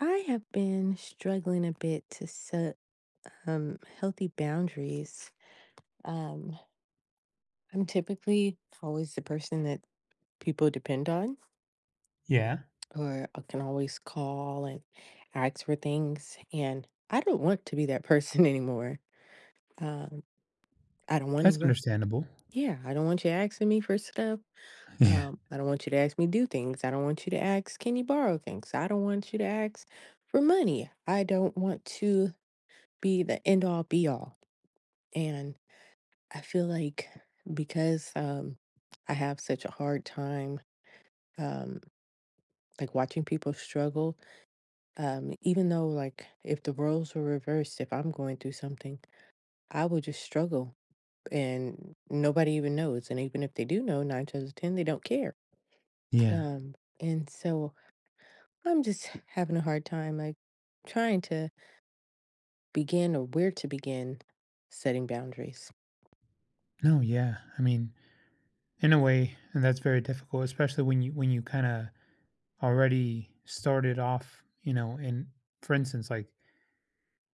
I have been struggling a bit to set healthy boundaries. Um, I'm typically always the person that people depend on, Yeah, or I can always call and ask for things. And I don't want to be that person anymore. Um, I don't want that's anybody. understandable. Yeah, I don't want you asking me for stuff. Yeah, I don't want you to ask me to do things. I don't want you to ask, can you borrow things? I don't want you to ask for money. I don't want to be the end all be all. And I feel like because I have such a hard time, um, like watching people struggle, even though, like, if the roles were reversed, if I'm going through something, I would just struggle and nobody even knows. And even if they do know, nine times out of 10, they don't care. yeah. And so I'm just having a hard time, like, trying to begin or where to begin setting boundaries. No, yeah. I mean, in a way, and that's very difficult, especially when you kind of already started off, you know, and for instance, like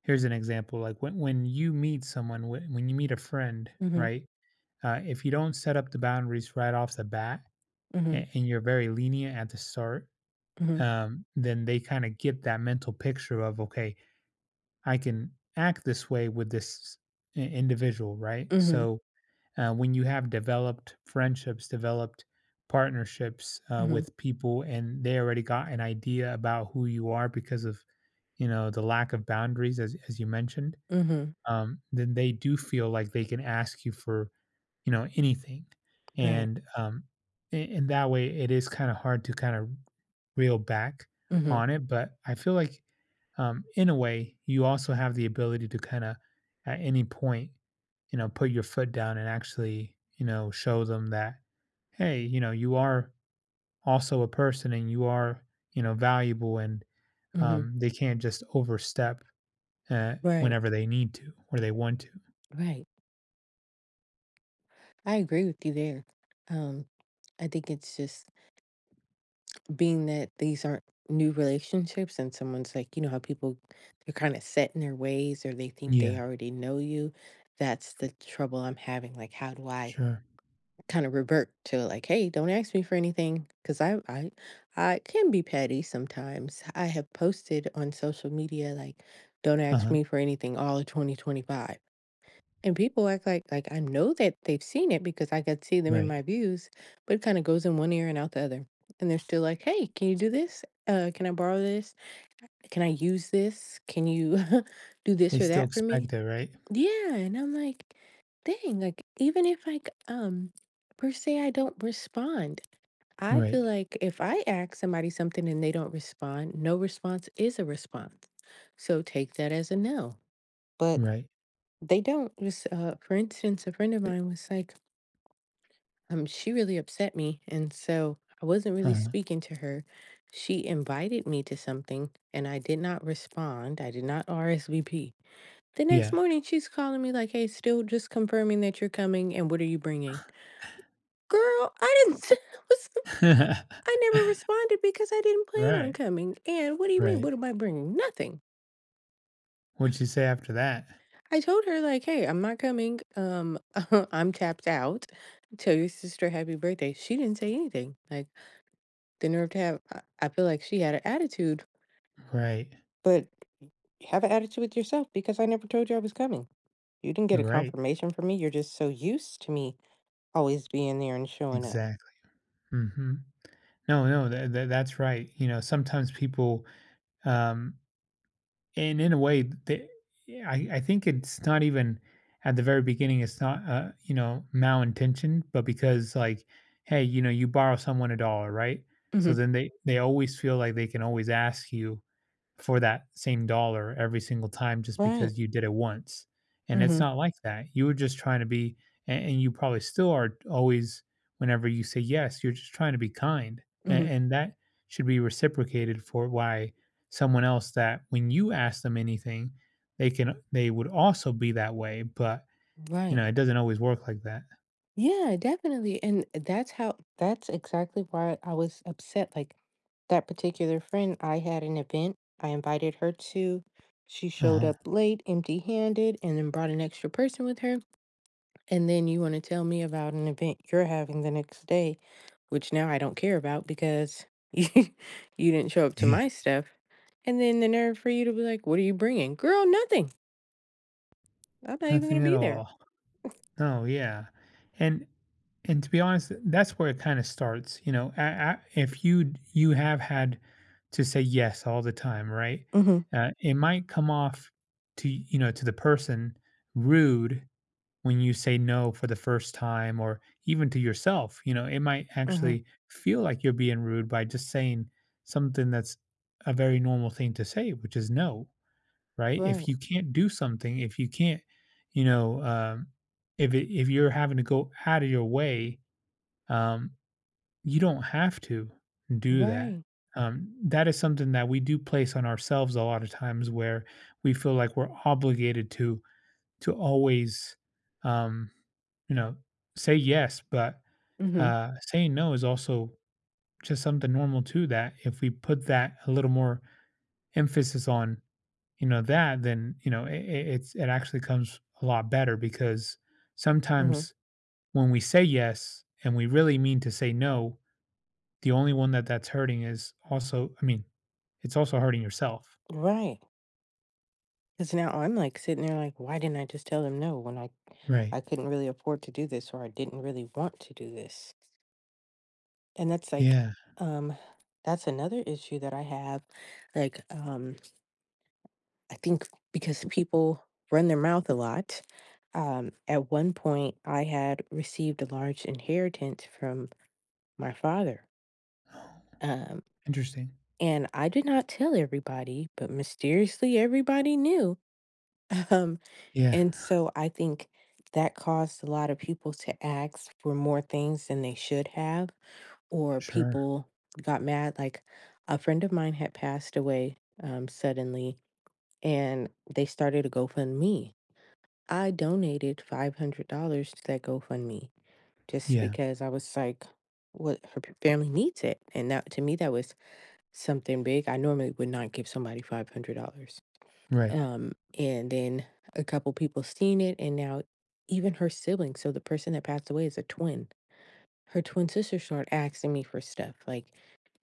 here's an example, like when you meet someone, when you meet a friend, Mm right? If you don't set up the boundaries right off the bat, hmm. Mm and you're very lenient at the start, hmm. Mm then they kind of get that mental picture of okay, I can act this way with this individual, right? hmm. So when you have developed friendships, developed partnerships Mm hmm. with people, and they already got an idea about who you are because of, you know, the lack of boundaries, as you mentioned, Mm hmm. Then they do feel like they can ask you for, you know, anything, Right. and and that way it is kind of hard to kind of reel back Mm hmm. on it. But I feel like, in a way, you also have the ability to kind of, at any point, you know, put your foot down and actually, you know, show them that, hey, you know, you are also a person and you are, you know, valuable and Mm hmm. They can't just overstep Right, whenever they need to or they want to. right. I agree with you there. Um, I think it's just being that these aren't new relationships and someone's like, you know, how people they're kind of set in their ways or they think they Yeah, already know you. That's the trouble I'm having. Like, how do I sure. kind of revert to like, hey, don't ask me for anything? Because I can be petty sometimes. I have posted on social media like, don't Uh ask huh. me for anything all of 2025. And people act like I know that they've seen it because I could see them in my Right. views, but it kind of goes in one ear and out the other. And they're still like, "Hey, can you do this? Can I borrow this? Can I use this? Can you do this They or still that for me?" expect it, right? Yeah, and I'm like, "Dang!" Like even if like per se I don't respond, I feel Right. like if I ask somebody something and they don't respond, no response is a response. So take that as a no. But Right. they don't was, for instance, a friend of mine was like, she really upset me. And so I wasn't Uh really huh. speaking to her. She invited me to something and I did not respond. I did not RSVP. The next Yeah. morning, she's calling me like, hey, still just confirming that you're coming and what are you bringing? Girl, I didn't, was, I never responded because I didn't plan on Right. coming. And what do you mean? Right. What am I bringing? Nothing. What'd you say after that? I told her like, "Hey, I'm not coming. I'm tapped out. Tell your sister happy birthday." She didn't say anything. Like the nerve to have. I feel like she had an attitude, Right. but have an attitude with yourself because I never told you I was coming. You didn't get You're a right. confirmation from me. You're just so used to me always being there and showing up. Exactly. Mhm. No, no, that's right. You know, sometimes people, um and in a way, they I think it's not even at the very beginning, it's not, you know, malintentioned, but because, like, hey, you know, you borrow someone a dollar, right? So Hmm. then they always feel like they can always ask you for that same dollar every single time just Right. because you did it once. And it's Hmm. not like that. You were just trying to be, and you probably still are always, whenever you say yes, you're just trying to be kind. And, Hmm. and that should be reciprocated for why someone else that when you ask them anything, they would also be that way. But, you Right. know, it doesn't always work like that. Yeah, definitely, and that's how that's exactly why I was upset, like, that particular friend, I had an event I invited her to, she showed Uh-huh. up late, empty-handed, and then brought an extra person with her, and then you wanna tell me about an event you're having the next day, which now I don't care about because you you didn't show up to Yeah. my stuff, and then the nerve for you to be like, "What are you bringing?" "Girl, nothing. I'm not even gonna Nothing at be there." all. Oh yeah, and and to be honest, that's where it kind of starts. You know, if you you have had to say yes all the time, right? Mhm, It might come off to you know, to the person rude when you say no for the first time, or even to yourself. You know, it might mhm. actually feel like you're being rude by just saying something that's a very normal thing to say, which is no, right? If Right, you can't do something, if you can't, you know, if it, if you're having to go out of your way, um, you don't have to do that. right. That is something that we do place on ourselves a lot of times, where we feel like we're obligated to always, um, you know, say yes, but Mhm, saying no is also just something normal too. That if we put that a little more emphasis on, you know, that, then, you know, it's it actually comes a lot better because mhm. sometimes when we say yes and we really mean to say no, the only one that that's hurting is also, I mean, it's also hurting yourself. Right. Because now I'm like sitting there like, why didn't I just tell them no when I Right. I couldn't really afford to do this or I didn't really want to do this. And that's like Yeah. um that's another issue that I have. Like I think because people run their mouth a lot. At one point I had received a large inheritance from my father. Oh. Um Interesting. and I did not tell everybody, but mysteriously everybody knew. Yeah. And so I think that caused a lot of people to ask for more things than they should have, or Sure. people got mad. Like a friend of mine had passed away suddenly, and they started a GoFundMe. I donated $500 to that GoFundMe just Yeah. because I was like, what her p- family needs it. And that to me, that was something big. I normally would not give somebody $500. Right. Um, and then a couple people seen it, and now even her siblings. So the person that passed away is a twin. Her twin sister started asking me for stuff like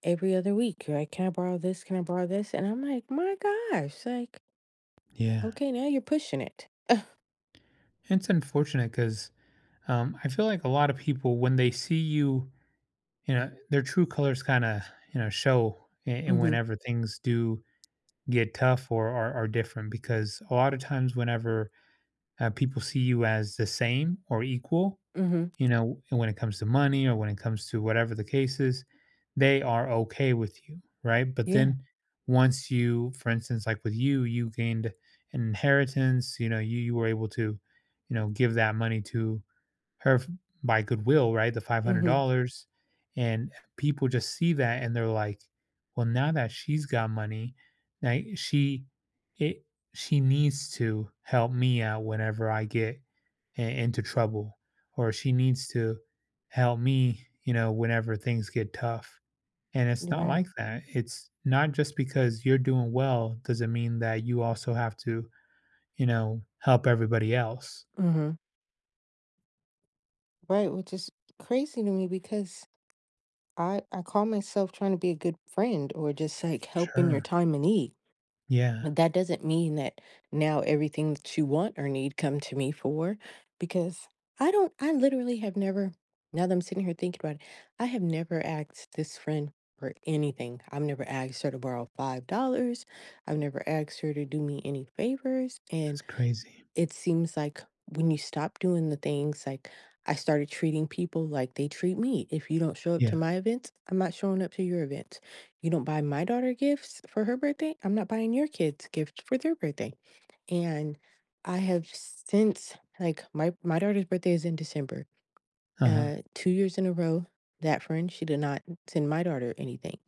every other week. Like, can I borrow this? Can I borrow this? And I'm like, my gosh, like, Yeah. okay, now you're pushing it. It's unfortunate because I feel like a lot of people, when they see you, you know, their true colors kind of, you know, show and Mm-hmm. whenever things do get tough or are different because a lot of times whenever people see you as the same or equal, Mm-hmm. you know, when it comes to money or when it comes to whatever the case is, they are okay with you, right? But Yeah. then once you, for instance, like with you, you gained an inheritance, you know, you were able to, you know, give that money to her f by goodwill, right? The Mm-hmm. $500, and people just see that and they're like, "Well, now that she's got money, like it she needs to help me out whenever I get into trouble or she needs to help me, you know, whenever things get tough." And it's not Right. like that. It's not just because you're doing well doesn't mean that you also have to, you know, help everybody else. Mm-hmm. Right, which is crazy to me because I call myself trying to be a good friend or just like helping your Sure. time in need. Yeah. That doesn't mean that now everything that you want or need come to me for because I literally have never, now that I'm sitting here thinking about it, I have never asked this friend for anything. I've never asked her to borrow $5. I've never asked her to do me any favors, That's and crazy. it seems like when you stop doing the things, like I started treating people like they treat me. If you don't show up to Yeah. my events, I'm not showing up to your events. You don't buy my daughter gifts for her birthday, I'm not buying your kids gifts for their birthday. And I have since like my daughter's birthday is in December. Uh-huh. 2 years in a row, that friend she did not send my daughter anything,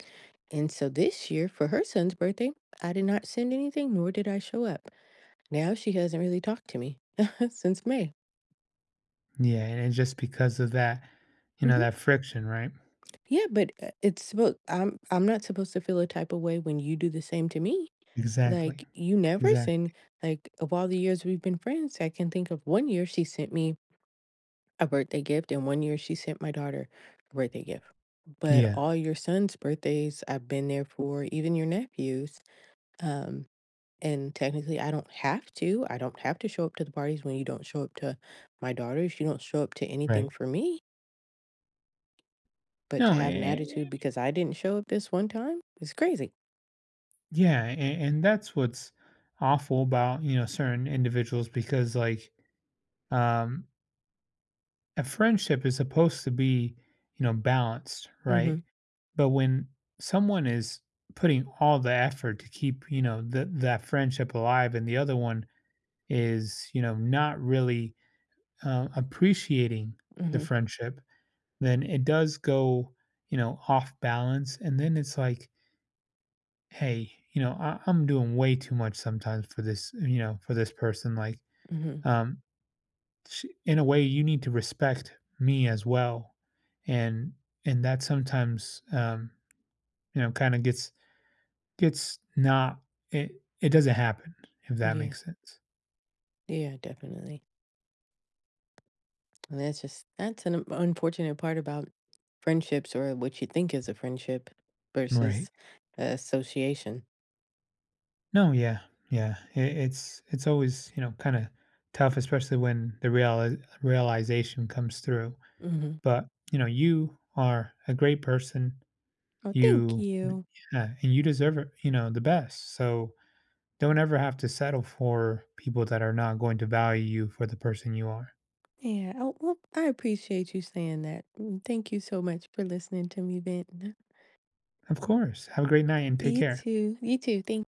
and so this year for her son's birthday, I did not send anything, nor did I show up. Now she hasn't really talked to me since May. Yeah, and it's just because of that, you know, Mhm. that friction, right? Yeah, but, it's supposed. I'm not supposed to feel a type of way when you do the same to me. Like, Exactly. you never Exactly. send like, of all the years we've been friends, I can think of 1 year she sent me a birthday gift, and 1 year she sent my daughter a birthday gift. But Yeah. all your son's birthdays, I've been there for, even your nephews, um, and technically, I don't have to. I don't have to show up to the parties when you don't show up to my daughter's. You don't show up to anything Right. for me. But to No, have an and, attitude because I didn't show up this one time is crazy. yeah, and that's what's awful about, you know, certain individuals because like um a friendship is supposed to be, you know, balanced, Mhm, right? But when someone is putting all the effort to keep, you know, that friendship alive and the other one is, you know, not really appreciating the mhm, friendship, then it does go, you know, off balance. And then it's like, hey, you know, I'm doing way too much sometimes for this, you know, for this person. Like, mhm. um, in a way, you need to respect me as well. And, and that sometimes, you know, gets not, it doesn't happen, if that Yeah, makes sense. yeah, definitely. And that's just that's an unfortunate part about friendships or what you think is a friendship Right. versus association. No, yeah. Yeah. It's always, you know, kind of tough, especially when the real realization comes through. Mhm. But, you know, you are a great person. Oh, thank You, you. yeah, and you deserve it, you know, the best. So, don't ever have to settle for people that are not going to value you for the person you are. Yeah. Oh, well, I appreciate you saying that. Mm, thank you so much for listening to me, Ben. Of course. Have a great night and take You care. too. You too. Thank